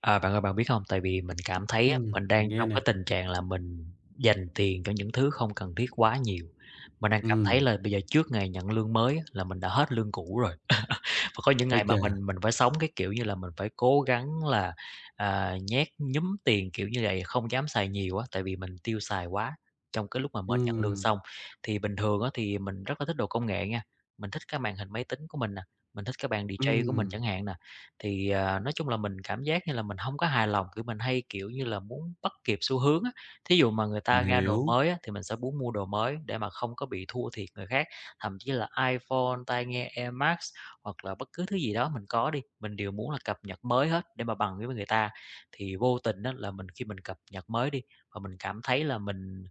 À, bạn ơi, bạn biết không? Tại vì mình cảm thấy á, Ừm, mình mình đang nghe trong nè. cái tình trạng là mình dành tiền cho những thứ không cần thiết quá nhiều. Mình đang cảm thấy Ừm, là bây giờ trước ngày nhận lương mới á, là mình đã hết lương cũ rồi. Và có những ái ngày mà chà, mình phải sống cái kiểu như là mình phải cố gắng là, à, nhét nhúm tiền, kiểu như vậy, không dám xài nhiều á, tại vì mình tiêu xài quá trong cái lúc mà mới nhận lương ừm, xong. Thì bình thường á thì mình rất là thích đồ công nghệ nha, mình thích cái màn hình máy tính của mình nè, mình thích cái bàn DJ của mình ừm, chẳng hạn nè. Thì, à, nói chung là mình cảm giác như là mình hông có hài lòng, kiểu, mình hay, kiểu như là, muốn bắt kịp xu hướng á. Thí dụ mà người mình ta ra đồ hiểu, mới á thì mình sẽ muốn mua đồ mới để mà không có bị thua thiệt người khác, thậm chí là iPhone, tai nghe AirMax hoặc là bất cứ thứ gì đó mình có đi, mình đều muốn là cập nhật mới hết để mà bằng với người ta. Thì vô tình đó là mình khi mình cập nhật mới đi và mình cảm thấy là mình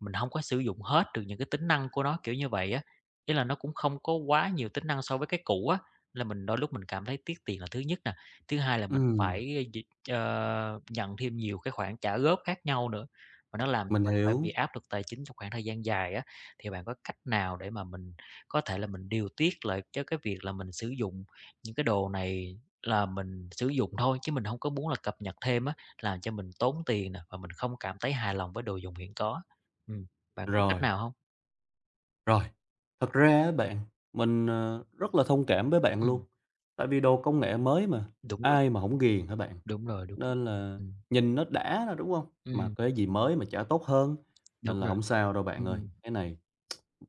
mình không có sử dụng hết được những cái tính năng của nó, kiểu như vậy á. Ý là nó cũng không có quá nhiều tính năng so với cái cũ á, là mình đôi lúc mình cảm thấy tiếc tiền là thứ nhất nè. Thứ hai là mình ừm, phải nhận thêm nhiều cái khoản trả góp khác nhau nữa, và nó làm cho mình mình phải hiểu. bị áp lực tài chính trong khoảng thời gian dài á. Thì bạn có cách nào để mà mình có thể là mình điều tiết lại cho cái việc là mình sử dụng những cái đồ này là mình sử dụng thôi, chứ mình không có muốn là cập nhật thêm á, làm cho mình tốn tiền nè, và mình không cảm thấy hài lòng với đồ dùng hiện có? Ừm, bạn có cách Rồi, nào hông? rồi, thật ra á bạn, mình, rất là thông cảm với bạn luôn, Ừm, tại vì đồ công nghệ mới mà, đúng rồi, ai mà hổng ghiền hả bạn? đúng rồi, đúng rồi. Nên là Ừm, nhìn nó đã thôi, đúng hông? Mà ừm, cái gì mới mà chả tốt hơn, đúng nên là rồi, hổng sao đâu bạn ừm, ơi, ừm, cái này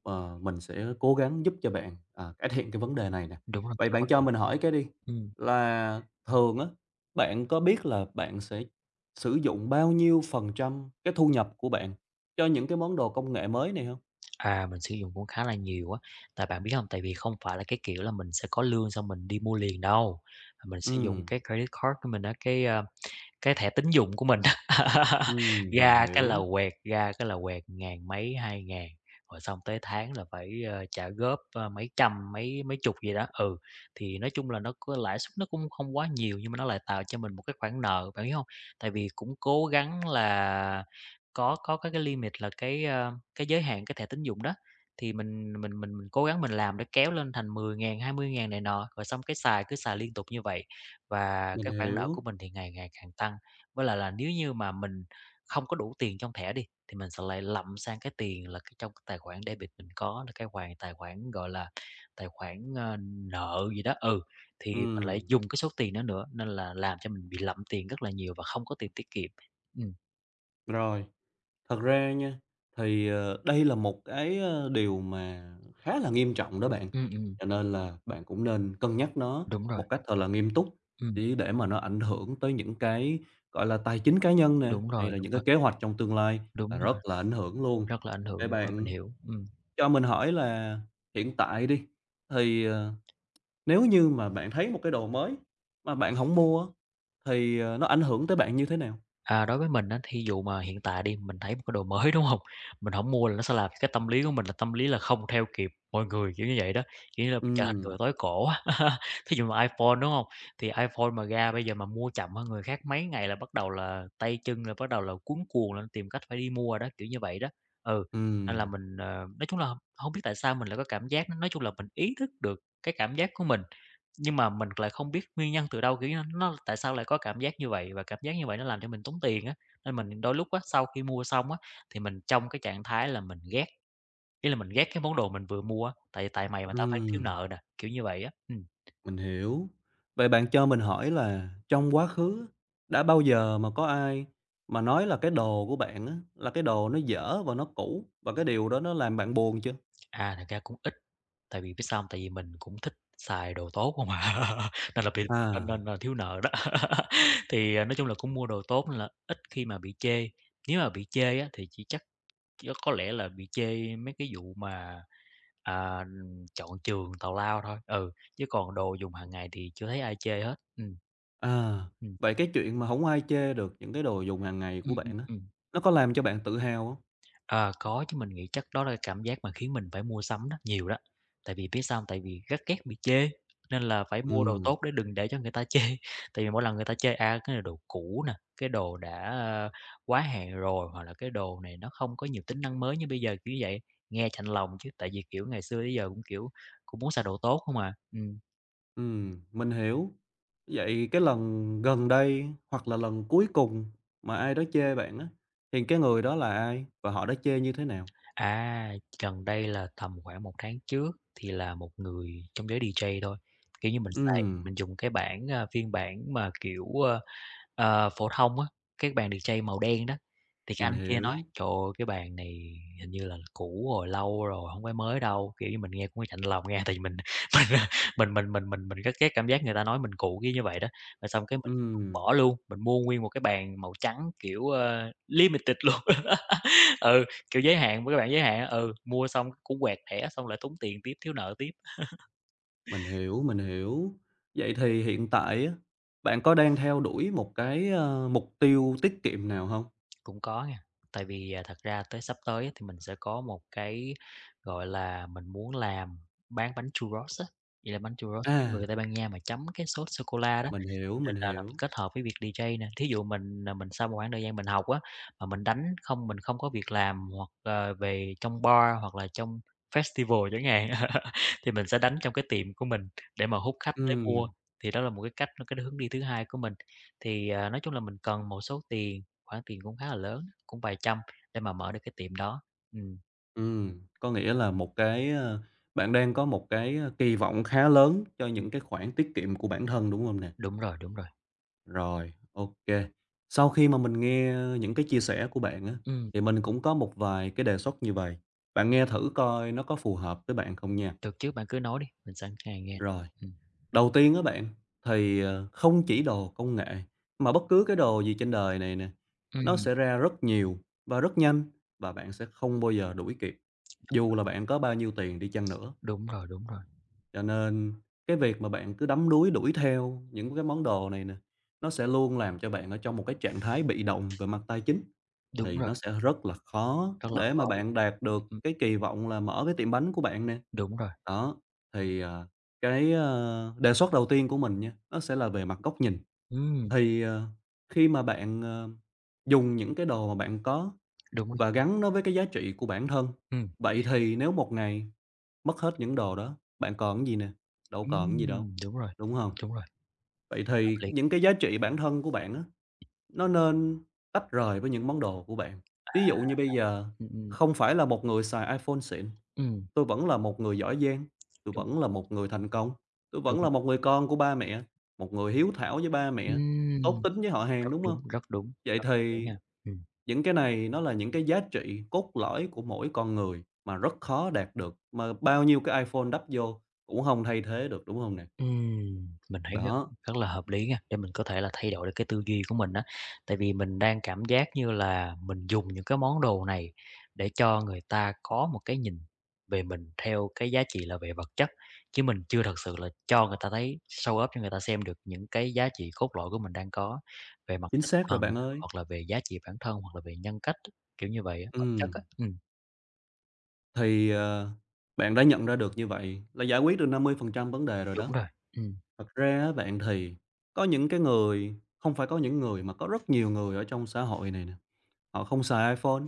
Mình sẽ cố gắng giúp cho bạn, à, cải thiện cái vấn đề này nè. đúng rồi, Vậy khá bạn bất cho tiện. mình hỏi cái đi, Ừm, là thường á, bạn có biết là bạn sẽ sử dụng bao nhiêu phần trăm cái thu nhập của bạn cho những cái món đồ công nghệ mới này không? à, mình sử dụng cũng khá là nhiều á, tại bạn biết hông? Tại vì không phải là cái kiểu là mình sẽ có lương xong mình đi mua liền đâu, mình sử Ừ, dụng cái credit card của mình á, cái thẻ tín dụng của mình mình ra cái hiểu, là quẹt, ra cái là quẹt ngàn mấy, hai ngàn rồi xong tới tháng là phải, ơ, trả góp, ơ, mấy trăm, mấy mấy chục gì đó. Ừ, thì nói chung là nó có lãi suất nó cũng không quá nhiều nhưng mà nó lại tạo cho mình một cái khoản nợ, bạn hiểu không? Tại vì cũng cố gắng là có cái limit là cái, ơ, cái giới hạn cái thẻ tín dụng đó, thì mình cố gắng mình làm để kéo lên thành mười ngàn hai mươi ngàn này nọ, rồi xong cái xài cứ xài liên tục như vậy. Và mình cái khoản nợ của hiểu. mình thì ngày ngày càng tăng, với lại là nếu như mà mình không có đủ tiền trong thẻ đi, thì mình sẽ lại lậm sang cái tiền là cái trong cái tài khoản debit mình có là cái khoản tài khoản, gọi là, tài khoản, ơ, nợ gì đó, ừ, thì Ừ, mình lại dùng cái số tiền đó nữa, nên là làm cho mình bị lậm tiền rất là nhiều và không có tiền tiết kiệm. Ừm, rồi. Thật ra nha, thì, đây là một cái, điều mà khá là nghiêm trọng đó bạn, ừm, ừm, cho nên là bạn cũng nên cân nhắc nó đúng rồi, một cách thật là nghiêm túc, ừm, chứ để mà nó ảnh hưởng tới những cái, gọi là, tài chính cá nhân nè, đúng hay rồi, là đúng những cái rồi, kế hoạch trong tương lai đúng là rất rồi, là ảnh hưởng luôn. rất là ảnh Vậy hưởng, đúng rồi, mình bạn hiểu. cho mình hỏi là hiện tại đi, thì, nếu như mà bạn thấy một cái đồ mới mà bạn không mua á, thì, nó ảnh hưởng tới bạn như thế nào? À, đối với mình á, thí dụ mà hiện tại đi, mình thấy một cái đồ mới, đúng không? Mình hổng mua là nó sẽ làm cái tâm lý của mình là tâm lý là không theo kịp mọi người, kiểu như vậy đó, kiểu như là, Ừ, mình trở thành người tối cổ á. Thí dụ mà iPhone, đúng không? Thì iPhone mà ra bây giờ mà mua chậm hơn người khác mấy ngày là bắt đầu là tay chân là bắt đầu là cuống cuồng lên tìm cách phải đi mua đó, kiểu như vậy đó. Ừ, ừ, nên là mình, ờ, nói chung là không biết tại sao mình lại có cảm giác đó. Nói chung là mình ý thức được cái cảm giác của mình nhưng mà mình lại không biết nguyên nhân từ đâu, kiểu như, nó tại sao lại có cảm giác như vậy, và cảm giác như vậy nó làm cho mình tốn tiền á. Nên mình đôi lúc á, sau khi mua xong á, thì mình trong cái trạng thái là mình ghét, ý là mình ghét cái món đồ mình vừa mua á, tại tại mày mà tao phải thiếu ừm. nợ nè, kiểu như vậy á. Mình hiểu. Vậy bạn cho mình hỏi là trong quá khứ đã bao giờ mà có ai mà nói là cái đồ của bạn á, là cái đồ nó dở và nó cũ và cái điều đó nó làm bạn buồn chưa? À, thật ra cũng ít, tại vì biết sao hông? Tại vì mình cũng thích xài đồ tốt hông à, nên là bị, nên nên À, là thiếu nợ đó. Thì, à, nói chung là cũng mua đồ tốt nên là ít khi mà bị chê, nếu mà bị chê á, thì chỉ chắc có lẽ là bị chê mấy cái vụ mà, à, chọn trường tào lao thôi, ừ, chứ còn đồ dùng hàng ngày thì chưa thấy ai chê hết. à, Ừm, vậy cái chuyện mà không ai chê được những cái đồ dùng hàng ngày của ừm, ừm, bạn á, ừm. nó có làm cho bạn tự hào không? Ờ, có chứ, mình nghĩ chắc đó là cảm giác mà khiến mình phải mua sắm đó, nhiều đó. Tại vì biết sao hông? Tại vì rất ghét bị chê, nên là phải mua đồ Ừm, tốt để đừng để cho người ta chê. Tại vì mỗi lần người ta chê, à, cái này đồ cũ nè, cái đồ đã, ơ, quá hạn rồi, hoặc là cái đồ này nó không có nhiều tính năng mới như bây giờ, kiểu vậy, nghe chạnh lòng chứ. Tại vì, kiểu, ngày xưa tới giờ cũng, kiểu, cũng muốn xài đồ tốt không à. Mình hiểu. Vậy cái lần gần đây hoặc là lần cuối cùng mà ai đó chê bạn á, thì cái người đó là ai và họ đã chê như thế nào? À, gần đây là tầm khoảng một tháng trước thì là một người trong giới DJ thôi, kiểu như, mình xài Ừm, mình dùng cái bản, a, phiên bản mà, kiểu, ơ, ờ, phổ thông á, cái bàn DJ màu đen đó, thì cái mình anh kia nói: hiểu. "Trời ơi, cái bàn này hình như là cũ rồi, lâu rồi, không phải mới đâu." Kiểu như, mình nghe cũng chạnh lòng nghe, tại vì mình mình rất ghét cảm giác người ta nói mình cũ, kiểu như vậy đó. Rồi xong cái mình Ừm, bỏ luôn, mình mua nguyên một cái bàn màu trắng, kiểu, ơ, limited luôn. Ừ, kiểu, giới hạn với các bạn giới hạn á, ừ, mua xong cũng quẹt thẻ xong lại tốn tiền tiếp, thiếu nợ tiếp. mình hiểu, mình hiểu. Vậy thì hiện tại á, bạn có đang theo đuổi một cái, mục tiêu tiết kiệm nào không? Cũng có nha, tại vì, à, thật ra tới sắp tới á thì mình sẽ có một cái, gọi là, mình muốn làm bán bánh churros á, vậy là bánh churros, kiểu, người À, Tây Ban Nha mà chấm cái sốt sô cô la đó. mình hiểu, Là mình là là mình hiểu. kết hợp với việc DJ nè, thí dụ mình, là mình sau một khoảng thời gian mình học á, mà mình đánh không mình không có việc làm hoặc, ờ, về trong bar hoặc là trong festival chẳng hạn, thì mình sẽ đánh trong cái tiệm của mình để mà hút khách tới mua, Ừm, thì đó là một cái cách cái hướng đi thứ hai của mình. Thì, à, nói chung là mình cần một số tiền, khoản tiền cũng khá là lớn, cũng vài trăm để mà mở được cái tiệm đó. Ừm, có nghĩa là một cái, bạn đang có một cái, kỳ vọng khá lớn cho ừm, những cái khoản tiết kiệm của bản thân, đúng không nè? đúng rồi, đúng rồi. Rồi, OK. Sau khi mà mình nghe những cái chia sẻ của bạn á, Ừm, thì mình cũng có một vài cái đề xuất như vậy bạn nghe thử coi nó có phù hợp với bạn không nha. được chứ, bạn cứ nói đi, mình sẵn sàng nghe. Rồi. Ừm, Đầu tiên á bạn, thì, không chỉ đồ công nghệ, mà bất cứ cái đồ gì trên đời này nè, nó ừm, sẽ ra rất nhiều và rất nhanh và bạn sẽ không bao giờ đuổi kịp, dù là bạn có bao nhiêu tiền đi chăng nữa. đúng rồi, đúng rồi, Cho nên cái việc mà bạn cứ đắm đuối đuổi theo những cái món đồ này nè, nó sẽ luôn làm cho bạn ở trong một cái trạng thái bị động về mặt tài chính. đúng Thì rồi, nó sẽ rất là khó rất là để khó mà luôn. bạn đạt được Ừm. cái kỳ vọng là mở cái tiệm bánh của bạn nè. Đúng rồi, Đó, thì, cái, đề xuất đầu tiên của mình nha, nó sẽ là về mặt góc nhìn. ừm, Thì, khi mà bạn, dùng những cái đồ mà bạn có đúng rồi, và gắn nó với cái giá trị của bản thân, ừm, vậy thì nếu một ngày mất hết những đồ đó, bạn còn cái gì nè? Đâu còn cái gì đâu, đúng rồi, đúng không? đúng rồi, Vậy hợp thì lý, những cái giá trị bản thân của bạn á, nó nên tách rời với những món đồ của bạn. Ví dụ như bây giờ ừm, ừm, không phải là một người xài iPhone xịn, ừm, tôi vẫn là một người giỏi giang, tôi đúng, vẫn là một người thành công, tôi đúng, vẫn là một người con của ba mẹ, một người hiếu thảo với ba mẹ, tốt ừm, tính với họ hàng, rất đúng không? đúng, rất đúng, Vậy rất hợp lý thì nha, ừm. những cái này nó là những cái giá trị cốt lõi của mỗi con người mà rất khó đạt được, mà bao nhiêu cái iPhone đắp vô cũng không thay thế được, đúng không nè? Mình thấy rất Đó, rất là hợp lý nha, để mình có thể là thay đổi được cái tư duy của mình á. Tại vì mình đang cảm giác như là mình dùng những cái món đồ này để cho người ta có một cái nhìn về mình theo cái giá trị là về vật chất, chứ mình chưa thật sự là cho người ta thấy, show off cho người ta xem được những cái giá trị cốt lõi của mình đang có về mặt chính tinh xác rồi thần bạn ơi. hoặc là về giá trị bản thân, hoặc là về nhân cách á, kiểu như vậy á, Ừ, vật chất á. Thì, bạn đã nhận ra được như vậy là giải quyết được 50% vấn đề rồi Đúng đó. rồi, ừm, Thật ra á bạn thì có những cái người không phải có những người mà có rất nhiều người ở trong xã hội này nè, họ không xài iPhone,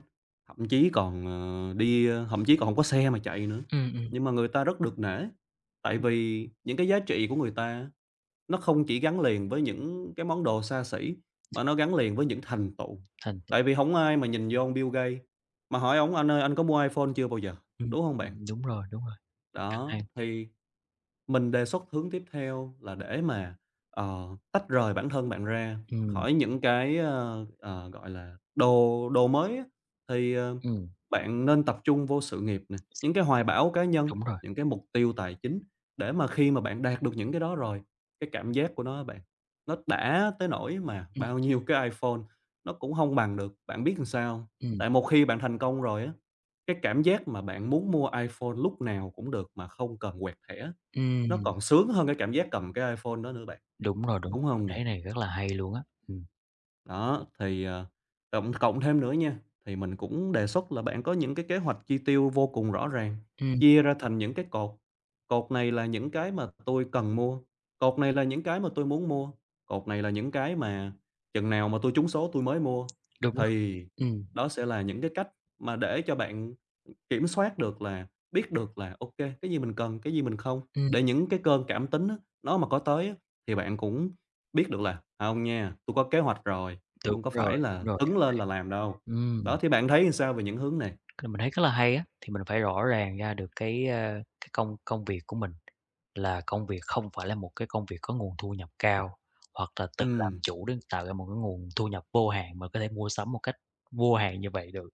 thậm chí còn, đi, thậm chí còn không có xe mà chạy nữa, ừm, ừm, nhưng mà người ta rất được nể. Tại vì những cái giá trị của người ta nó không chỉ gắn liền với những cái món đồ xa xỉ, mà nó gắn liền với những thành tựu. thành, Tại vì không ai mà nhìn vô ông Bill Gates mà hỏi ông "Anh ơi, anh có mua iPhone chưa?" bao giờ, ừm, đúng không bạn? Đúng rồi, rất Đó, hay. thì mình đề xuất hướng tiếp theo là để mà, tách rời bản thân bạn ra Ừm, khỏi những cái, gọi là, đồ đồ mới á, thì, ừm. bạn nên tập trung vô sự nghiệp nè, những cái hoài bão cá nhân, Đúng rồi. những cái mục tiêu tài chính để mà khi mà bạn đạt được những cái đó rồi, cái cảm giác của nó á bạn, nó đã tới nỗi mà Ừm, bao nhiêu cái iPhone nó cũng không bằng được, bạn biết làm sao hông? ừm, Tại một khi bạn thành công rồi á cái cảm giác mà bạn muốn mua iPhone lúc nào cũng được mà không cần quẹt thẻ, nó ừm, còn sướng hơn cái cảm giác cầm cái iPhone đó nữa bạn, đúng rồi, đúng đúng rồi, mình hông nè? thấy này rất là hay luôn á. Ừm, Đó, thì, cộng cộng thêm nữa nha, thì mình cũng đề xuất là bạn có những cái kế hoạch chi tiêu vô cùng rõ ràng, ừm, chia ra thành những cái cột. Cột này là những cái mà tôi cần mua, cột này là những cái mà tôi muốn mua, cột này là những cái mà chừng nào mà tôi trúng số tôi mới mua. đúng rồi, Thì ừm, đó sẽ là những cái cách mà để cho bạn kiểm soát được là biết được là, OK cái gì mình cần, cái gì mình không, ừm, để những cái cơn cảm tính á, nó mà có tới á, thì bạn cũng biết được là "Hông nha, tôi có kế hoạch rồi." Hông đúng có phải rồi, là đúng rồi đó. hứng lên là làm đâu. Đó, Ừm, thì bạn thấy sao về những hướng này? cái mình thấy rất là hay á, thì mình phải rõ ràng ra được cái, a, cái công công việc của mình là công việc không phải là một cái công việc có nguồn thu nhập cao, hoặc là tự làm Ừm, chủ để tạo ra một cái nguồn thu nhập vô hạn mà có thể mua sắm một cách vô hạn như vậy được.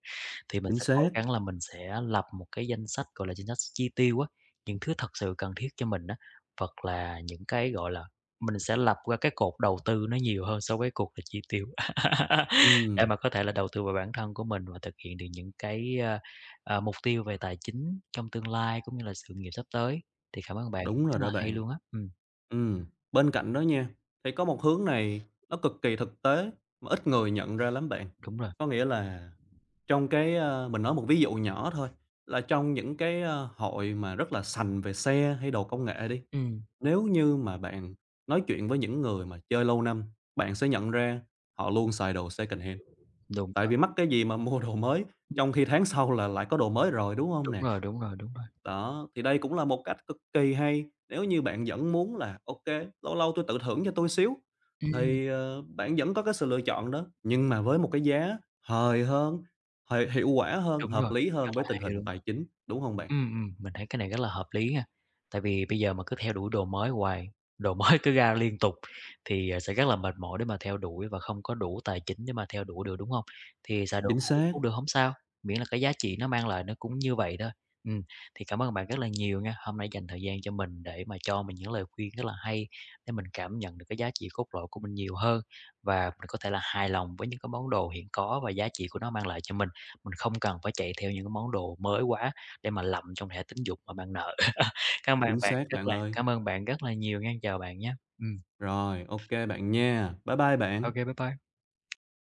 Thì mình chính sẽ cố xác, gắng là mình sẽ lập một cái danh sách, gọi là, danh sách chi tiêu á, những thứ thật sự cần thiết cho mình á, hoặc là những cái, gọi là, mình sẽ lập ra cái cột đầu tư nó nhiều hơn so với cột là chi tiêu. Để ừm, mà có thể là đầu tư vào bản thân của mình và thực hiện được những cái, a, à, mục tiêu về tài chính trong tương lai cũng như là sự nghiệp sắp tới. Thì cảm ơn bạn, đúng rồi rất là đó hay bạn. luôn á. Ừm, bên cạnh đó nha, thì có một hướng này nó cực kỳ thực tế mà ít người nhận ra lắm bạn. Đúng rồi. Có nghĩa là trong cái, mình nói một ví dụ nhỏ thôi, là trong những cái, hội mà rất là sành về xe hay đồ công nghệ đi, Ừm, nếu như mà bạn nói chuyện với những người mà chơi lâu năm, bạn sẽ nhận ra họ luôn xài đồ secondhand. đúng Tại rồi, vì mắc cái gì mà mua đồ mới, trong khi tháng sau là lại có đồ mới rồi, đúng hông đúng nè? rồi, đúng rồi, đúng rồi. Đó, thì đây cũng là một cách cực kỳ hay, nếu như bạn vẫn muốn là "OK, lâu lâu tui tự thưởng cho tôi xíu", Ừm, thì, bạn vẫn có cái sự lựa chọn đó, nhưng mà với một cái giá hời hơn, hời hiệu quả hơn, đúng hợp rồi, lý rất hơn với là tình hay hình luôn. tài chính, đúng hông bạn? Mình thấy cái này rất là hợp lý ha. Tại vì bây giờ mà cứ theo đuổi đồ mới hoài, đồ mới cứ ra liên tục thì, à, sẽ rất là mệt mỏi để mà theo đuổi và không có đủ tài chính để mà theo đuổi được, đúng không? Thì xài đồ Chính cũ xác, cũng được hổng sao, miễn là cái giá trị nó mang lại nó cũng như vậy thôi. Ừm, thì cảm ơn bạn rất là nhiều nha, hôm nay dành thời gian cho mình để mà cho mình những lời khuyên rất là hay để mình cảm nhận được cái giá trị cốt lõi của mình nhiều hơn và mình có thể là hài lòng với những cái món đồ hiện có và giá trị của nó mang lại cho mình. Mình không cần phải chạy theo những cái món đồ mới quá để mà lầm trong thẻ tín dụng mà bạn nợ. Cảm ơn chính bạn, xác bạn rất là ơi. cảm ơn bạn rất là nhiều nha, chào bạn nhé. Rồi, OK bạn nha. Bye bye bạn. ô, bye bye.